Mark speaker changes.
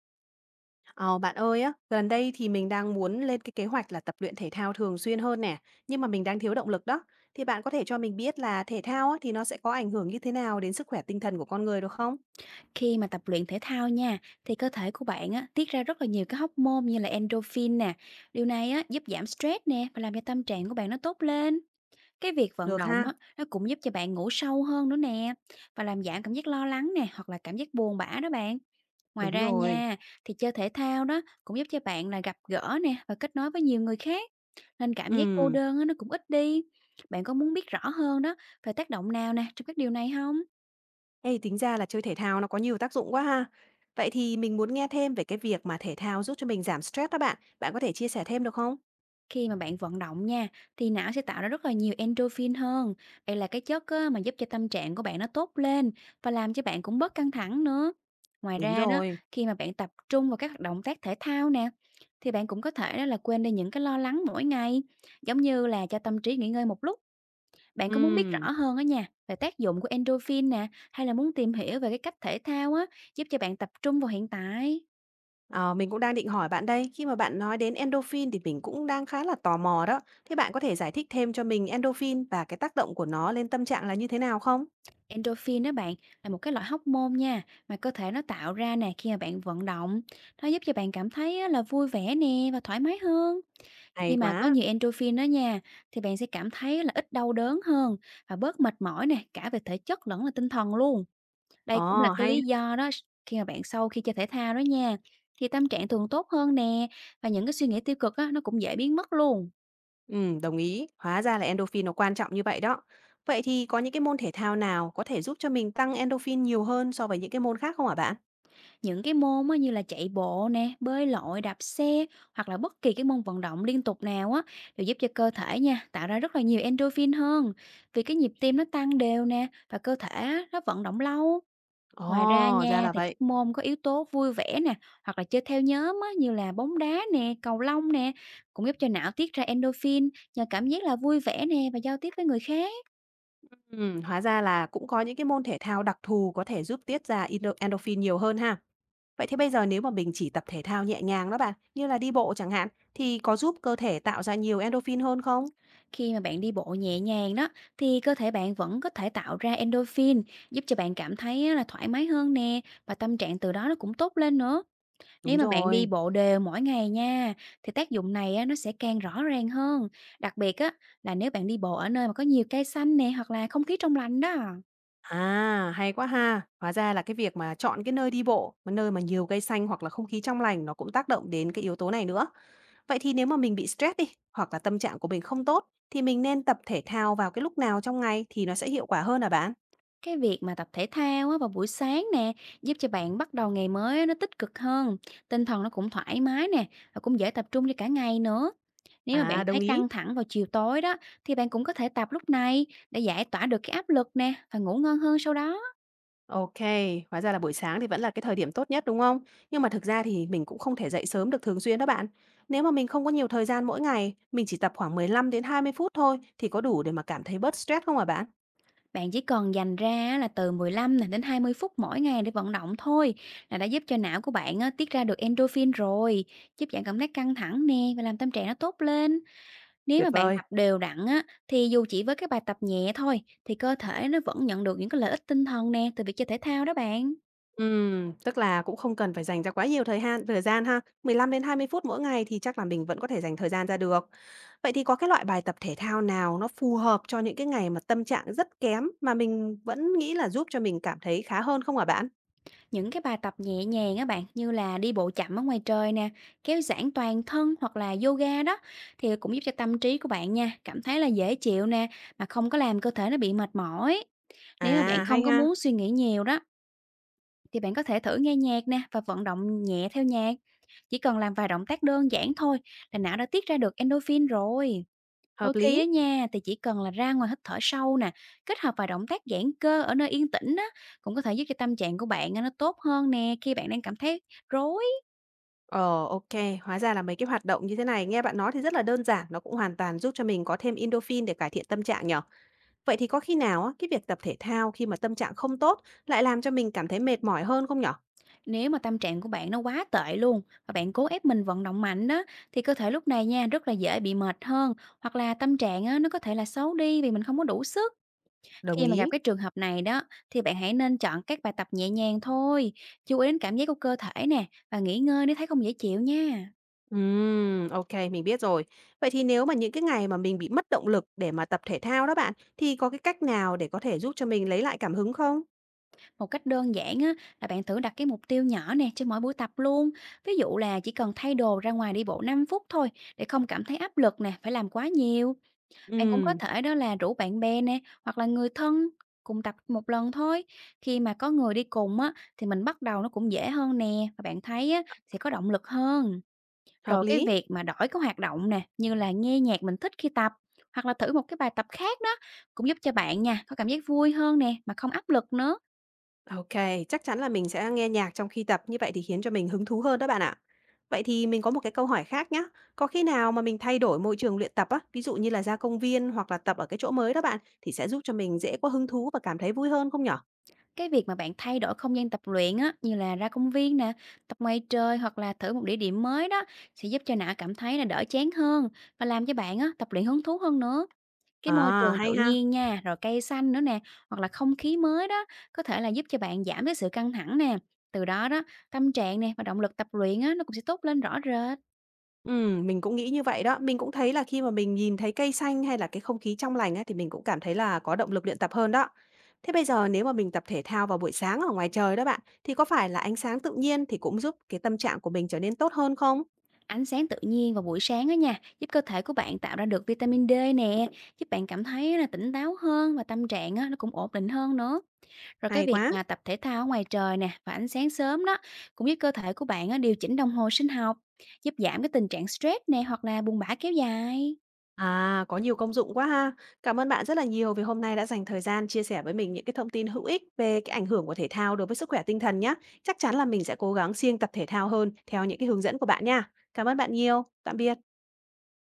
Speaker 1: Ờ, bạn ơi á, gần đây thì mình đang muốn lên cái kế hoạch là tập luyện thể thao thường xuyên hơn nè, nhưng mà mình đang thiếu động lực đó. Thì bạn có thể cho mình biết là thể thao á, thì nó sẽ có ảnh hưởng như thế nào đến sức khỏe tinh thần của con người được không?
Speaker 2: Khi mà tập luyện thể thao nha, thì cơ thể của bạn á, tiết ra rất là nhiều cái hormone như là endorphin nè. Điều này á, giúp giảm stress nè và làm cho tâm trạng của bạn nó tốt lên. Cái việc vận
Speaker 1: Được
Speaker 2: động
Speaker 1: ha,
Speaker 2: á, nó cũng giúp cho bạn ngủ sâu hơn nữa nè và làm giảm cảm giác lo lắng nè hoặc là cảm giác buồn bã đó bạn. Ngoài
Speaker 1: đúng
Speaker 2: ra
Speaker 1: rồi.
Speaker 2: nha, thì chơi thể thao đó cũng giúp cho bạn là gặp gỡ nè và kết nối với nhiều người khác. Nên cảm giác cô
Speaker 1: Ừm,
Speaker 2: đơn á, nó cũng ít đi. Bạn có muốn biết rõ hơn đó về tác động nào nè trong các điều này không?
Speaker 1: ê, tính ra là chơi thể thao nó có nhiều tác dụng quá ha. Vậy thì mình muốn nghe thêm về cái việc mà thể thao giúp cho mình giảm stress đó bạn. Bạn có thể chia sẻ thêm được không?
Speaker 2: Khi mà bạn vận động nha, thì não sẽ tạo ra rất là nhiều endorphin hơn. Đây là cái chất á, mà giúp cho tâm trạng của bạn nó tốt lên và làm cho bạn cũng bớt căng thẳng nữa. Ngoài
Speaker 1: Đúng
Speaker 2: ra đó,
Speaker 1: rồi.
Speaker 2: khi mà bạn tập trung vào các động tác thể thao nè, thì bạn cũng có thể đó là quên đi những cái lo lắng mỗi ngày, giống như là cho tâm trí nghỉ ngơi một lúc. Bạn có muốn biết
Speaker 1: Ừm.
Speaker 2: rõ hơn á nha về tác dụng của endorphin nè, hay là muốn tìm hiểu về cái cách thể thao á giúp cho bạn tập trung vào hiện tại?
Speaker 1: Ờ, mình cũng đang định hỏi bạn đây, khi mà bạn nói đến endorphin thì mình cũng đang khá là tò mò đó. Thế bạn có thể giải thích thêm cho mình endorphin và cái tác động của nó lên tâm trạng là như thế nào không?
Speaker 2: Endorphin đó bạn là một cái loại hormone nha mà cơ thể nó tạo ra nè khi mà bạn vận động. Nó giúp cho bạn cảm thấy á, là vui vẻ nè và thoải mái hơn.
Speaker 1: Hay
Speaker 2: Khi mà có
Speaker 1: quá.
Speaker 2: nhiều endorphin đó nha, thì bạn sẽ cảm thấy là ít đau đớn hơn và bớt mệt mỏi nè cả về thể chất lẫn là tinh thần luôn. Đây cũng là
Speaker 1: Ồ,
Speaker 2: cái
Speaker 1: hay.
Speaker 2: lý do đó, khi mà bạn sau khi chơi thể thao đó nha thì tâm trạng thường tốt hơn nè và những cái suy nghĩ tiêu cực á, nó cũng dễ biến mất luôn.
Speaker 1: Ừ, đồng ý. Hóa ra là endorphin nó quan trọng như vậy đó. Vậy thì có những cái môn thể thao nào có thể giúp cho mình tăng endorphin nhiều hơn so với những cái môn khác không hả bạn?
Speaker 2: Những cái môn á, như là chạy bộ nè, bơi lội, đạp xe hoặc là bất kỳ cái môn vận động liên tục nào á, đều giúp cho cơ thể nha, tạo ra rất là nhiều endorphin hơn. Vì cái nhịp tim nó tăng đều nè và cơ thể á, nó vận động lâu. Ngoài ra
Speaker 1: Ồ, ra
Speaker 2: nha,
Speaker 1: là
Speaker 2: thì
Speaker 1: vậy.
Speaker 2: các môn có yếu tố vui vẻ nè hoặc là chơi theo nhóm á, như là bóng đá nè, cầu lông nè, cũng giúp cho não tiết ra endorphin nhờ cảm giác là vui vẻ nè và giao tiếp với người khác.
Speaker 1: Ừ, hóa ra là cũng có những cái môn thể thao đặc thù có thể giúp tiết ra endorphin nhiều hơn ha. Vậy thế bây giờ nếu mà mình chỉ tập thể thao nhẹ nhàng đó bạn, như là đi bộ chẳng hạn, thì có giúp cơ thể tạo ra nhiều endorphin hơn không?
Speaker 2: Khi mà bạn đi bộ nhẹ nhàng đó, thì cơ thể bạn vẫn có thể tạo ra endorphin, giúp cho bạn cảm thấy á là thoải mái hơn nè và tâm trạng từ đó nó cũng tốt lên nữa.
Speaker 1: Đúng
Speaker 2: Nếu mà bạn đi
Speaker 1: rồi.
Speaker 2: bộ đều mỗi ngày nha, thì tác dụng này á, nó sẽ càng rõ ràng hơn. Đặc biệt á, là nếu bạn đi bộ ở nơi mà có nhiều cây xanh nè hoặc là không khí trong lành đó.
Speaker 1: À, hay quá ha. Hóa ra là cái việc mà chọn cái nơi đi bộ, mà nơi mà nhiều cây xanh hoặc là không khí trong lành nó cũng tác động đến cái yếu tố này nữa. Vậy thì nếu mà mình bị stress đi, hoặc là tâm trạng của mình không tốt, thì mình nên tập thể thao vào cái lúc nào trong ngày thì nó sẽ hiệu quả hơn hả bạn?
Speaker 2: Cái việc mà tập thể thao á, vào buổi sáng nè, giúp cho bạn bắt đầu ngày mới á, nó tích cực hơn, tinh thần nó cũng thoải mái nè và cũng dễ tập trung cho cả ngày nữa. Nếu mà bạn
Speaker 1: À, đồng
Speaker 2: thấy
Speaker 1: ý.
Speaker 2: căng thẳng vào chiều tối đó, thì bạn cũng có thể tập lúc này để giải tỏa được cái áp lực nè và ngủ ngon hơn sau đó.
Speaker 1: OK, hóa ra là buổi sáng thì vẫn là cái thời điểm tốt nhất, đúng không? Nhưng mà thực ra thì mình cũng không thể dậy sớm được thường xuyên đó bạn. Nếu mà mình không có nhiều thời gian mỗi ngày, mình chỉ tập khoảng 15 đến 20 phút thôi thì có đủ để mà cảm thấy bớt stress không hả bạn?
Speaker 2: Bạn chỉ cần dành ra á, là từ 15 nè đến 20 phút mỗi ngày để vận động thôi, là đã giúp cho não của bạn á, tiết ra được endorphin rồi, giúp bạn cảm thấy căng thẳng nè và làm tâm trạng nó tốt lên. Nếu mà
Speaker 1: Tuyệt
Speaker 2: bạn
Speaker 1: vời.
Speaker 2: tập đều đặn á, thì dù chỉ với các bài tập nhẹ thôi thì cơ thể nó vẫn nhận được những cái lợi ích tinh thần nè từ việc chơi thể thao đó bạn.
Speaker 1: Tức là cũng không cần phải dành ra quá nhiều thời gian ha. 15 đến 20 phút mỗi ngày thì chắc là mình vẫn có thể dành thời gian ra được. Vậy thì có cái loại bài tập thể thao nào nó phù hợp cho những cái ngày mà tâm trạng rất kém mà mình vẫn nghĩ là giúp cho mình cảm thấy khá hơn không hả bạn?
Speaker 2: Những cái bài tập nhẹ nhàng á bạn, như là đi bộ chậm ở ngoài trời nè, kéo giãn toàn thân hoặc là yoga đó, thì cũng giúp cho tâm trí của bạn nha, cảm thấy là dễ chịu nè mà không có làm cơ thể nó bị mệt mỏi. Nếu mà bạn
Speaker 1: À,
Speaker 2: không
Speaker 1: hay
Speaker 2: có
Speaker 1: ha,
Speaker 2: muốn suy nghĩ nhiều đó, thì bạn có thể thử nghe nhạc nè và vận động nhẹ theo nhạc, chỉ cần làm vài động tác đơn giản thôi là não đã tiết ra được endorphin rồi. Đôi
Speaker 1: hợp
Speaker 2: khi
Speaker 1: lý.
Speaker 2: á nha, thì chỉ cần là ra ngoài hít thở sâu nè, kết hợp vài động tác giãn cơ ở nơi yên tĩnh á, cũng có thể giúp cho tâm trạng của bạn á, nó tốt hơn nè khi bạn đang cảm thấy rối.
Speaker 1: Ờ, ok, hóa ra là mấy cái hoạt động như thế này nghe bạn nói thì rất là đơn giản, nó cũng hoàn toàn giúp cho mình có thêm endorphin để cải thiện tâm trạng nhở. Vậy thì có khi nào á, cái việc tập thể thao khi mà tâm trạng không tốt lại làm cho mình cảm thấy mệt mỏi hơn không nhở?
Speaker 2: Nếu mà tâm trạng của bạn nó quá tệ luôn và bạn cố ép mình vận động mạnh đó, thì cơ thể lúc này nha rất là dễ bị mệt hơn, hoặc là tâm trạng á, nó có thể là xấu đi vì mình không có đủ sức.
Speaker 1: Đồng
Speaker 2: Khi mà gặp
Speaker 1: ý.
Speaker 2: cái trường hợp này đó, thì bạn hãy nên chọn các bài tập nhẹ nhàng thôi, chú ý đến cảm giác của cơ thể nè và nghỉ ngơi nếu thấy không dễ chịu nha.
Speaker 1: Ok mình biết rồi. Vậy thì nếu mà những cái ngày mà mình bị mất động lực để mà tập thể thao đó bạn, thì có cái cách nào để có thể giúp cho mình lấy lại cảm hứng không?
Speaker 2: Một cách đơn giản á, là bạn thử đặt cái mục tiêu nhỏ nè cho mỗi buổi tập luôn. Ví dụ là chỉ cần thay đồ ra ngoài đi bộ 5 phút thôi để không cảm thấy áp lực nè, phải làm quá nhiều. Bạn cũng có
Speaker 1: Ừm,
Speaker 2: thể đó là rủ bạn bè nè hoặc là người thân cùng tập một lần thôi. Khi mà có người đi cùng á, thì mình bắt đầu nó cũng dễ hơn nè và bạn thấy á, sẽ có động lực hơn.
Speaker 1: hợp
Speaker 2: Rồi cái
Speaker 1: lý.
Speaker 2: việc mà đổi cái hoạt động nè, như là nghe nhạc mình thích khi tập hoặc là thử một cái bài tập khác đó, cũng giúp cho bạn nha có cảm giác vui hơn nè mà không áp lực nữa.
Speaker 1: OK, chắc chắn là mình sẽ nghe nhạc trong khi tập, như vậy thì khiến cho mình hứng thú hơn đó bạn ạ. Vậy thì mình có một cái câu hỏi khác nhá. Có khi nào mà mình thay đổi môi trường luyện tập á, ví dụ như là ra công viên hoặc là tập ở cái chỗ mới đó bạn, thì sẽ giúp cho mình dễ có hứng thú và cảm thấy vui hơn không nhỉ?
Speaker 2: Cái việc mà bạn thay đổi không gian tập luyện á, như là ra công viên nè, tập ngoài trời hoặc là thử một địa điểm mới đó, sẽ giúp cho não cảm thấy là đỡ chán hơn và làm cho bạn á, tập luyện hứng thú hơn nữa. Cái môi
Speaker 1: À,
Speaker 2: trường
Speaker 1: hay
Speaker 2: tự
Speaker 1: ha.
Speaker 2: nhiên nha, rồi cây xanh nữa nè, hoặc là không khí mới đó, có thể là giúp cho bạn giảm cái sự căng thẳng nè. Từ đó đó, tâm trạng nè và động lực tập luyện á, nó cũng sẽ tốt lên rõ rệt.
Speaker 1: Ừ, mình cũng nghĩ như vậy đó. Mình cũng thấy là khi mà mình nhìn thấy cây xanh hay là cái không khí trong lành á, thì mình cũng cảm thấy là có động lực luyện tập hơn đó. Thế bây giờ nếu mà mình tập thể thao vào buổi sáng ở ngoài trời đó bạn, thì có phải là ánh sáng tự nhiên thì cũng giúp cái tâm trạng của mình trở nên tốt hơn không?
Speaker 2: Ánh sáng tự nhiên vào buổi sáng á nha, giúp cơ thể của bạn tạo ra được vitamin D nè, giúp bạn cảm thấy là tỉnh táo hơn và tâm trạng á, nó cũng ổn định hơn nữa. Rồi cái
Speaker 1: Hay
Speaker 2: việc
Speaker 1: quá.
Speaker 2: mà tập thể thao ở ngoài trời nè và ánh sáng sớm đó, cũng giúp cơ thể của bạn á, điều chỉnh đồng hồ sinh học, giúp giảm cái tình trạng stress nè hoặc là buồn bã kéo dài.
Speaker 1: À, có nhiều công dụng quá ha. Cảm ơn bạn rất là nhiều vì hôm nay đã dành thời gian chia sẻ với mình những cái thông tin hữu ích về cái ảnh hưởng của thể thao đối với sức khỏe tinh thần nhé. Chắc chắn là mình sẽ cố gắng siêng tập thể thao hơn theo những cái hướng dẫn của bạn nha. Cảm ơn bạn nhiều. Tạm biệt.